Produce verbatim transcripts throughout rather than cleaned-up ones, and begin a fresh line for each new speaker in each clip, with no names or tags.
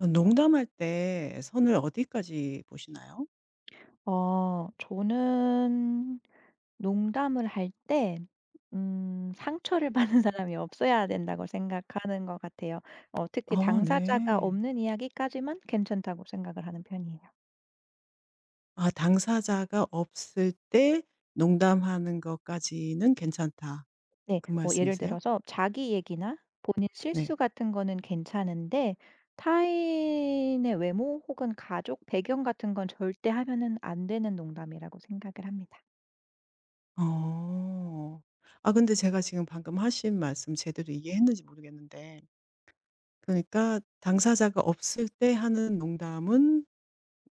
어 농담할 때 선을 어디까지 보시나요?
어 저는 농담을 할 때 음 상처를 받는 사람이 없어야 된다고 생각하는 것 같아요. 어 특히
아
당사자가
네.
없는 이야기까지만 괜찮다고 생각을 하는 편이에요.
아 당사자가 없을 때 농담하는 것까지는 괜찮다.
네.
그
뭐 예를
말씀이세요?
들어서 자기 얘기나 본인 실수
네.
같은 거는 괜찮은데 타인의 외모 혹은 가족 배경 같은 건 절대 하면은 안 되는 농담이라고 생각을 합니다.
어. 아 근데 제가 지금 방금 하신 말씀 제대로 이해했는지 모르겠는데 그러니까 당사자가 없을 때 하는 농담은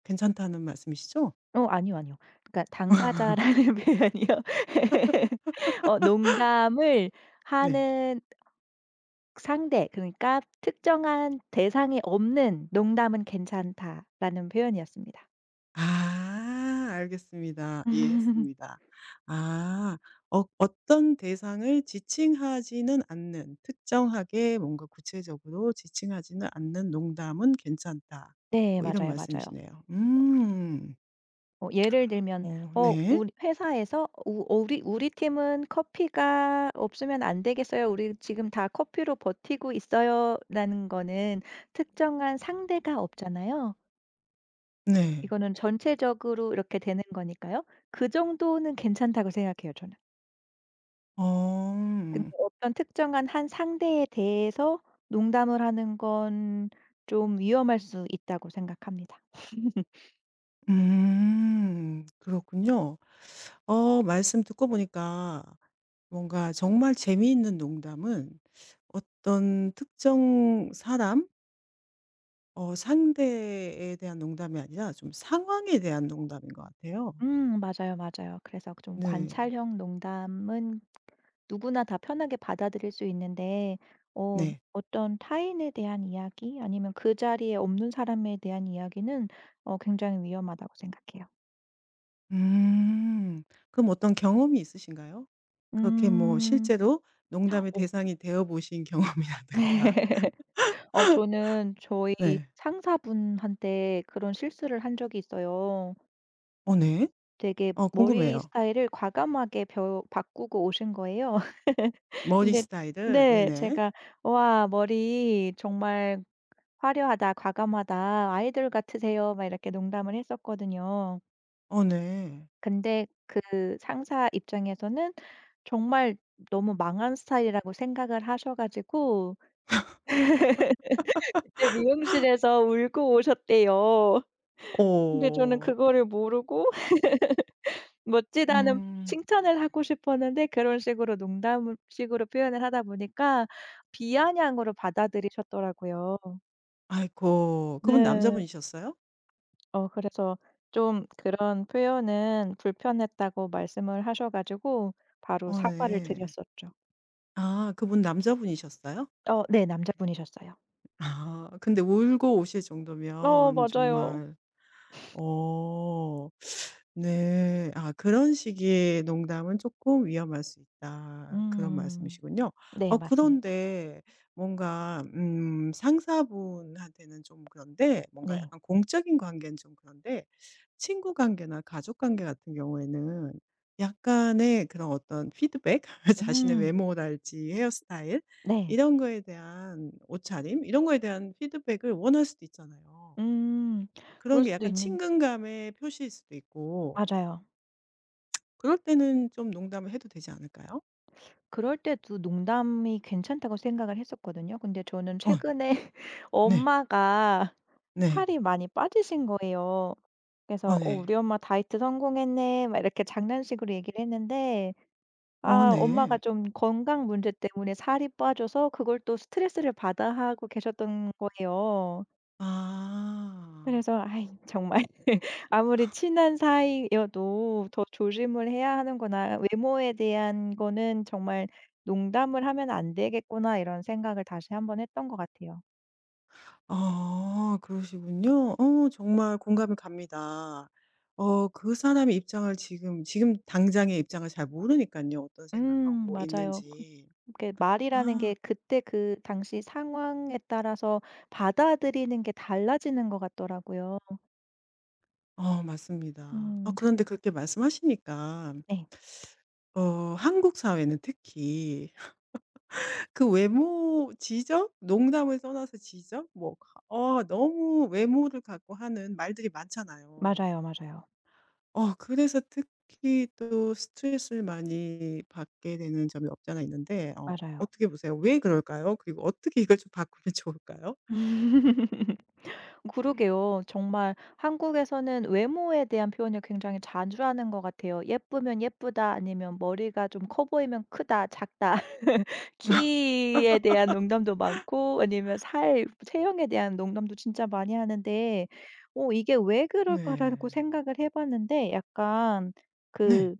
괜찮다는 말씀이시죠?
어 아니요, 아니요. 그러니까 당사자라는 표현이요. 어 농담을
네.
하는 상대 그러니까 특정한 대상이 없는 농담은 괜찮다라는 표현이었습니다.
아 알겠습니다. 이해했습니다. 아 어 어떤 대상을 지칭하지는 않는 특정하게 뭔가 구체적으로 지칭하지는 않는 농담은 괜찮다.
네.
뭐 이런
맞아요, 맞아요.
말씀이시네요. 음.
어 예를 들면
어
어
네.
우리 회사에서 "우 어, 우리 우리 팀은 커피가 없으면 안 되겠어요. 우리 지금 다 커피로 버티고 있어요."라는 거는 특정한 상대가 없잖아요.
네.
이거는 전체적으로 이렇게 되는 거니까요. 그 정도는 괜찮다고 생각해요 저는.
어.
근데 어떤 특정한 한 상대에 대해서 농담을 하는 건 좀 위험할 수 있다고 생각합니다.
음. 그렇군요. 어 말씀 듣고 보니까 뭔가 정말 재미있는 농담은 어떤 특정 사람 어 상대에 대한 농담이 아니라 좀 상황에 대한 농담인 것 같아요.
음 맞아요, 맞아요. 그래서 좀
네.
관찰형 농담은 누구나 다 편하게 받아들일 수 있는데 어
네.
어떤 타인에 대한 이야기 아니면 그 자리에 없는 사람에 대한 이야기는 어 굉장히 위험하다고 생각해요.
음. 그럼 어떤 경험이 있으신가요? 그렇게 뭐
음.
실제로 농담의
어.
대상이 되어 보신 경험이라든가.
어 저는 저희
네.
상사분한테 그런 실수를 한 적이 있어요.
어 네.
되게
어
머리
궁금해요.
스타일을 과감하게 벼 바꾸고 오신 거예요.
머리
근데
스타일을.
네
네네.
제가 "와 머리 정말 화려하다. 과감하다. 아이돌 같으세요." 막 이렇게 농담을 했었거든요.
어 네.
근데 그 상사 입장에서는 정말 너무 망한 스타일이라고 생각을 하셔 가지고 그때 미용실에서 울고 오셨대요. 근데 저는
어.
그거를 모르고 멋지다는
음.
칭찬을 하고 싶었는데 그런 식으로 농담 식으로 표현을 하다 보니까 비아냥으로 받아들이셨더라고요.
아이고. 그분
네.
남자분이셨어요?
어 그래서 좀 그런 표현은 불편했다고 말씀을 하셔 가지고 바로
어
사과를
네.
드렸었죠.
아 그분 남자분이셨어요?
어 네. 남자분이셨어요.
아 근데 울고 오실
어
정도면
맞아요.
정말 어. 네. 아 그런 식의 농담은 조금 위험할 수 있다. 그런
음.
말씀이시군요.
네.
어
맞습니다.
그런데 뭔가 음 상사분한테는 좀 그런데 뭔가
네.
약간 공적인 관계는 좀 그런데 친구 관계나 가족 관계 같은 경우에는 약간의 그런 어떤 피드백? 자신의
음.
외모랄지 헤어스타일
네.
이런 거에 대한 옷차림 이런 거에 대한 피드백을 원할 수도 있잖아요.
음.
그런
그럴
게
수도
약간
있는
친근감의 표시일 수도 있고
맞아요.
그럴 때는 좀 농담을 해도 되지 않을까요?
그럴 때도 농담이 괜찮다고 생각을 했었거든요. 근데 저는
어
최근에
네.
엄마가
네.
살이 많이 빠지신 거예요.
어
그래서 "어
네.
우리 엄마 다이어트 성공했네." 막 이렇게 장난식으로 얘기를 했는데
어
아 엄마가
네.
좀 건강 문제 때문에 살이 빠져서 그걸 또 스트레스를 받아 하고 계셨던 거예요.
아.
그래서 아이 정말 아무리 친한 사이여도 더 조심을 해야 하는구나. '외모에 대한 거는 정말 농담을 하면 안 되겠구나.' 이런 생각을 다시 한 번 했던 것 같아요.
아 그러시군요. 어 정말 공감이 갑니다. 어 그 사람의 입장을 지금 지금 당장의 입장을 잘 모르니까요 어떤
음
생각하고
맞아요. 그
있는지.
그게 말이라는
아.
게 그때 그 당시 상황에 따라서 받아들이는 게 달라지는 것 같더라고요.
어 맞습니다.
음
아
그래
그런데 그렇게 말씀하시니까
네.
어 한국 사회는 특히 그 외모 지적? 농담을 써놔서 지적? 뭐 가 어 너무 외모를 갖고 하는 말들이 많잖아요.
맞아요, 맞아요.
어 그래서 특히 또 스트레스를 많이 받게 되는 점이 없지 않아 있는데 어
맞아요.
어떻게 보세요? 왜 그럴까요? 그리고 어떻게 이걸 좀 바꾸면 좋을까요?
그러게요. 정말 한국에서는 외모에 대한 표현을 굉장히 자주 하는 것 같아요. 예쁘면 예쁘다, 아니면 머리가 좀 커 보이면 크다, 작다. 키에 대한 농담도 많고, 아니면 살, 체형에 대한 농담도 진짜 많이 하는데, 어, 이게 왜 그럴까라고
네.
생각을 해봤는데, 약간
네.
그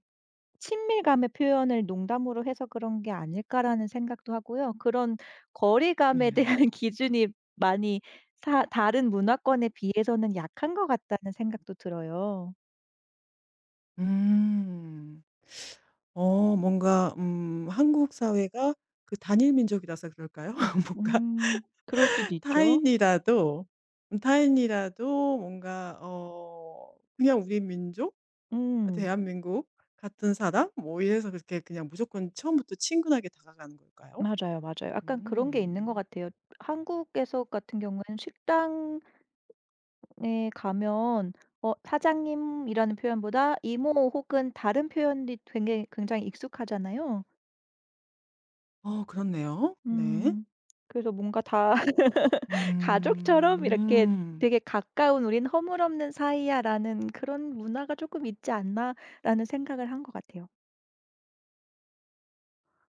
친밀감의 표현을 농담으로 해서 그런 게 아닐까라는 생각도 하고요. 그런 거리감에
네.
대한 기준이 많이 사 다른 문화권에 비해서는 약한 것 같다는 생각도 들어요.
음. 어 뭔가 음 한국 사회가 그 단일 민족이라서 그럴까요? 뭔가
음. 그럴 수도 있죠.
타인이라도 음 타인이라도 뭔가 어 그냥 우리 민족, 아
음.
대한민국 같은 사람 뭐 이래서 그렇게 그냥 무조건 처음부터 친근하게 다가가는 걸까요?
맞아요, 맞아요. 약간 그런 게 있는 것
음.
같아요. 한국에서 같은 경우에는 식당에 가면 어 사장님이라는 표현보다 이모 혹은 다른 표현이 되게 굉장히 익숙하잖아요.
어 그렇네요. 네.
음. 그래서 뭔가 다 가족처럼 이렇게
음.
되게 '가까운 우린 허물없는 사이야.'라는 그런 문화가 조금 있지 않나라는 생각을 한 것 같아요.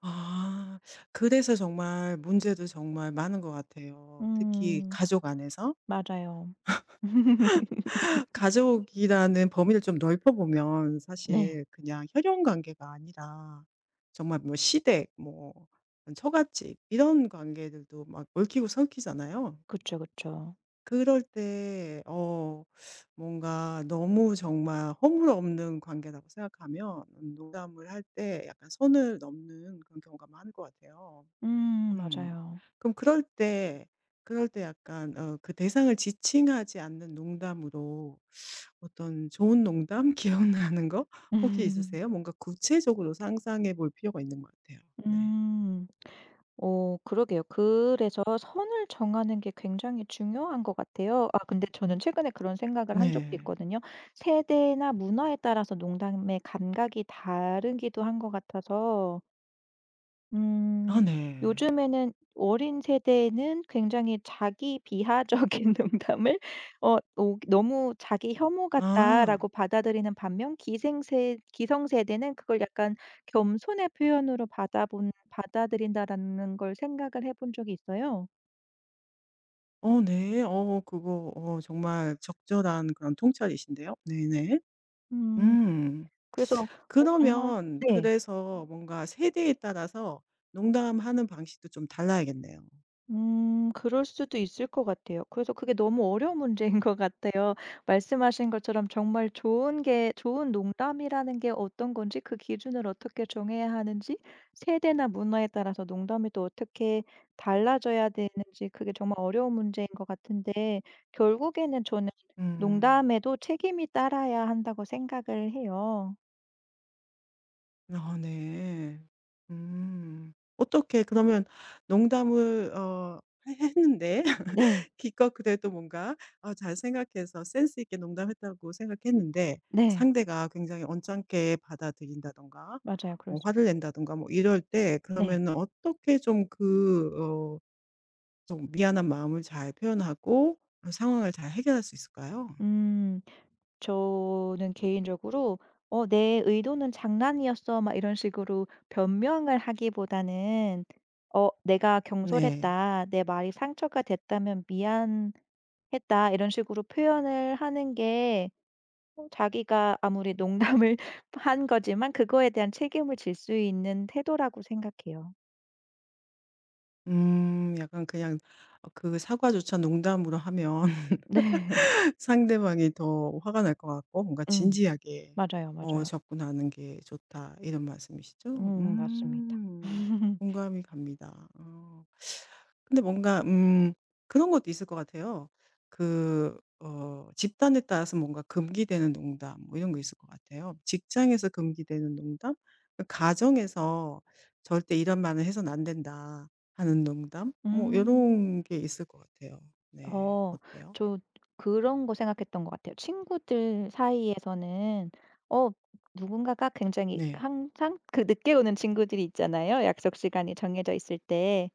아. 그래서 정말 문제도 정말 많은 것 같아요. 특히
음.
가족 안에서.
맞아요.
가족이라는 범위를 좀 넓혀 보면
네.
사실 그냥 혈연 관계가 아니라 정말 뭐 시댁, 뭐 처갓집 이런 관계들도 막 얽히고 설키잖아요.
그쵸, 그쵸.
그럴 때 어 뭔가 너무 정말 허물없는 관계라고 생각하면 농담을 할 때 약간 선을 넘는 그런 경우가 많을 것 같아요.
음
음.
맞아요.
그럼 그럴 때 그럴 때 약간 어 그 대상을 지칭하지 않는 농담으로 어떤 좋은 농담 기억나는 거 혹시 있으세요? 뭔가 구체적으로 상상해 볼 필요가 있는 것 같아요. 네.
음. 오 그러게요. 그래서 선을 정하는 게 굉장히 중요한 것 같아요. 아 근데 저는 최근에 그런 생각을 한 적도
네.
있거든요. 세대나 문화에 따라서 농담의 감각이 다르기도 한 것 같아서
아
음.
네.
요즘에는 어린 세대는 굉장히 자기 비하적인 농담을 어 오 너무 '자기 혐오 같다.'라고
아.
받아들이는 반면 기생세 기성세대는 그걸 약간 '겸손의 표현으로 받아본 받아들인다.'라는 걸 생각을 해본 적이 있어요.
어 네. 어 그거 어 정말 적절한 그런 통찰이신데요. 네네.
음.
음.
그래서 어 정말
그러면
네.
그래서 뭔가 세대에 따라서 농담하는 방식도 좀 달라야겠네요.
음 그럴 수도 있을 것 같아요. 그래서 그게 너무 어려운 문제인 것 같아요. 말씀하신 것처럼 정말 좋은 게 좋은 농담이라는 게 어떤 건지 그 기준을 어떻게 정해야 하는지 세대나 문화에 따라서 농담이 또 어떻게 달라져야 되는지 그게 정말 어려운 문제인 것 같은데 결국에는 저는
음.
농담에도 책임이 따라야 한다고 생각을 해요.
아 네. 음. 어떻게 그러면 농담을 어 해 했는데
네.
기껏 그래도 뭔가 어, 잘 생각해서 센스 있게 농담했다고 생각했는데
네.
상대가 굉장히 언짢게 받아들인다든가
맞아요. 그럴
어
수
화를
있죠.
낸다든가 뭐 이럴 때 그러
네.
면 어떻게 좀 그 어 좀 미안한 마음을 잘 표현하고 어 상황을 잘 해결할 수 있을까요?
음. 저는 개인적으로 "어 내 의도는 장난이었어." 막 이런 식으로 변명을 하기보다는 "어 내가
네.
경솔했다. 내 말이 상처가 됐다면 미안했다." 이런 식으로 표현을 하는 게 자기가 아무리 농담을 한 거지만 그거에 대한 책임을 질 수 있는 태도라고 생각해요.
음 약간 그냥 어 그 사과조차 농담으로 하면
네.
상대방이 더 화가 날 것 같고 뭔가
음.
진지하게
맞아요,
어
맞아요.
접근하는 게 좋다 이런 말씀이시죠?
음 맞습니다.
음. 공감이 갑니다. 어. 근데 뭔가 음 그런 것도 있을 것 같아요. 그 어 집단에 따라서 뭔가 금기되는 농담 뭐 이런 거 있을 것 같아요. 직장에서 금기되는 농담, 그 가정에서 "절대 이런 말은 해서는 안 된다." 하는 농담 뭐 이
음.
런 게 있을 것 같아요. 네.
어.
어때요?
저 그런 거 생각했던 것 같아요. 친구들 사이에서는 어 누군가가 굉장히
네.
항상 그 늦게 오는 친구들이 있잖아요, 약속 시간이 정해져 있을 때.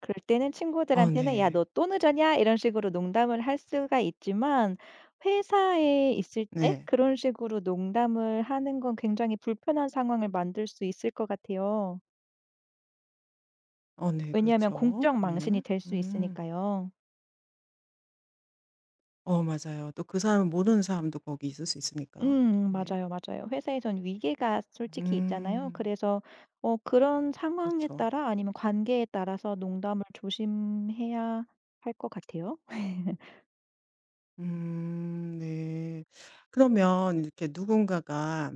그럴 때는
어
친구들한테는 "야 너
네.
또 늦었냐?" 이런 식으로 농담을 할 수가 있지만 회사에 있을 때
네.
그런 식으로 농담을 하는 건 굉장히 불편한 상황을 만들 수 있을 것 같아요.
어 네.
왜냐하면
그렇죠.
공적 망신이
네.
될 수
음.
있으니까요.
어 맞아요. 또 그 사람을 모르는 사람도 거기 있을 수 있으니까.
음
네.
맞아요, 맞아요. 회사에선 위계가 솔직히 있잖아요.
음.
그래서 어 그런 상황에
그렇죠.
따라 아니면 관계에 따라서 농담을 조심해야 할 것 같아요.
음 네. 그러면 이렇게 누군가가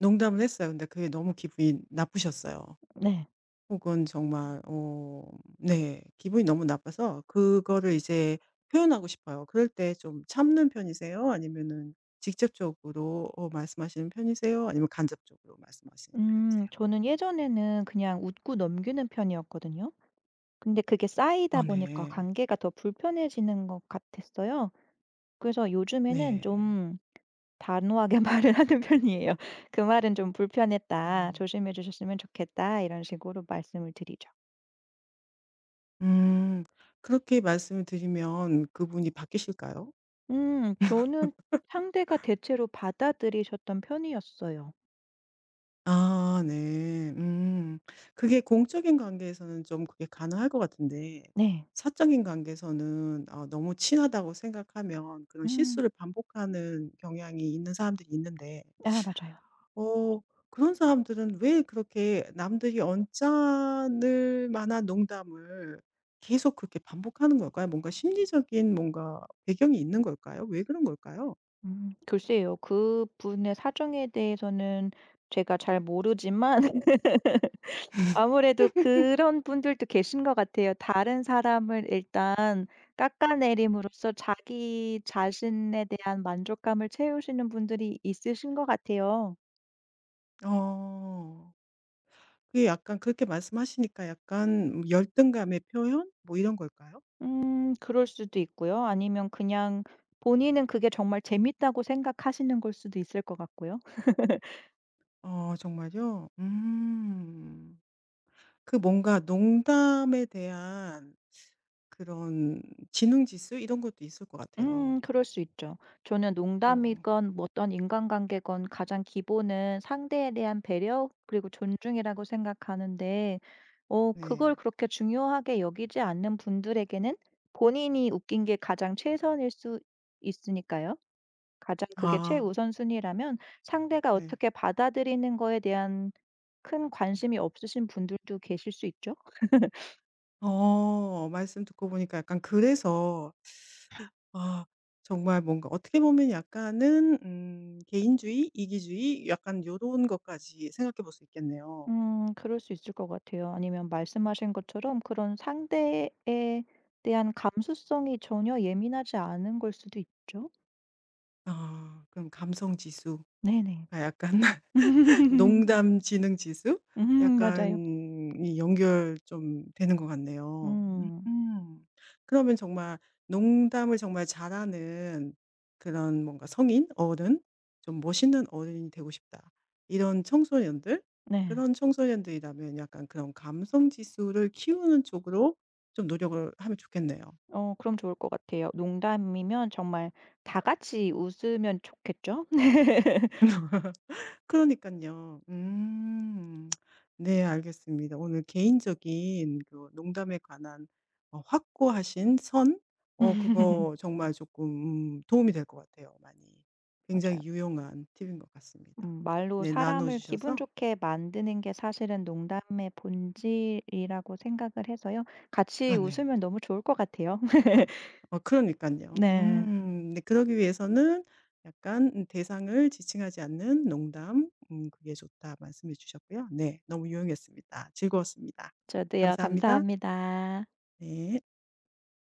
농담을 했어요. 근데 그게 너무 기분이 나쁘셨어요.
네.
혹은 정말 어 네 기분이 너무 나빠서 그거를 이제 표현하고 싶어요. 그럴 때 좀 참는 편이세요? 아니면은 직접적으로 어 말씀하시는 편이세요? 아니면 간접적으로 말씀하시는
음
편이세요?
저는 예전에는 그냥 웃고 넘기는 편이었거든요. 근데 그게 쌓이다
어
보니까
네.
관계가 더 불편해지는 것 같았어요. 그래서 요즘에는
네.
좀 단호하게 말을 하는 편이에요. "그 말은 좀 불편했다.
어.
조심해 주셨으면 좋겠다." 이런 식으로 말씀을 드리죠.
음. 그렇게 말씀을 드리면 그분이 바뀌실까요?
음 저는 상대가 대체로 받아들이셨던 편이었어요.
아 네. 음. 그게 공적인 관계에서는 좀 그게 가능할 것 같은데
네.
사적인 관계에서는 어 너무 친하다고 생각하면 그런
음.
실수를 반복하는 경향이 있는 사람들이 있는데
아 맞아요.
어 그런 사람들은 왜 그렇게 남들이 언짢을 만한 농담을 계속 그렇게 반복하는 걸까요? 뭔가 심리적인 뭔가 배경이 있는 걸까요? 왜 그런 걸까요?
음 글쎄요. 그분의 사정에 대해서는 제가 잘 모르지만 아무래도 그런 분들도 계신 것 같아요. 다른 사람을 일단 깎아내림으로써 자기 자신에 대한 만족감을 채우시는 분들이 있으신 것 같아요.
어. 그게 약간 그렇게 말씀하시니까 약간 뭐 열등감의 표현? 뭐 이런 걸까요?
음 그럴 수도 있고요. 아니면 그냥 본인은 그게 정말 재밌다고 생각하시는 걸 수도 있을 것 같고요.
어 정말요? 음. 그 뭔가 농담에 대한 그런 지능 지수 이런 것도 있을 것 같아요.
음 그럴 수 있죠. 저는
어
농담이건 뭐 어떤 인간관계건 가장 기본은 상대에 대한 배려 그리고 존중이라고 생각하는데 어 그걸
네.
그렇게 중요하게 여기지 않는 분들에게는 본인이 웃긴 게 가장 최선일 수 있으니까요. 가장 그게
아
최우선순위라면 상대가
네.
어떻게 받아들이는 거에 대한 큰 관심이 없으신 분들도 계실 수 있죠.
어 말씀 듣고 보니까 약간 그래서 아 정말 뭔가 어떻게 보면 약간은 음 개인주의, 이기주의 약간 요런 것까지 생각해 볼 수 있겠네요.
음 그럴 수 있을 것 같아요. 아니면 말씀하신 것처럼 그런 상대에 대한 감수성이 전혀 예민하지 않은 걸 수도 있죠.
아 그럼 감성 지수.
네네.
아 약간 농담 지능 지수?
음
약간
맞아요.
이 연결 좀 되는 것 같네요.
음
음. 그러면 정말 농담을 정말 잘하는 그런 뭔가 성인, 어른, 좀 멋있는 어른이 되고 싶다. 이런 청소년들?
네.
그런 청소년들이라면 약간 그런 감성 지수를 키우는 쪽으로 좀 노력을 하면 좋겠네요.
어 그럼 좋을 것 같아요. 농담이면 정말 다 같이 웃으면 좋겠죠?
그러니깐요. 음. 네 알겠습니다. 오늘 개인적인 그 농담에 관한 어 확고하신 선 어 그거 정말 조금 음 도움이 될 것 같아요 많이.
맞아요.
굉장히 유용한 팁인 것 같습니다.
음 말로
네 나눠
사람을 기분
주셔서
좋게 만드는 게 사실은 농담의 본질이라고 생각을 해서요. 같이
아 네.
웃으면 너무 좋을 것 같아요.
어 그러니깐요.
네.
음 네 그러기 위해서는 약간 음 "대상을 지칭하지 않는 농담 음 그게 좋다." 말씀해 주셨고요. 네 너무 유용했습니다. 즐거웠습니다.
저도요.
감사합니다.
감사합니다.
네.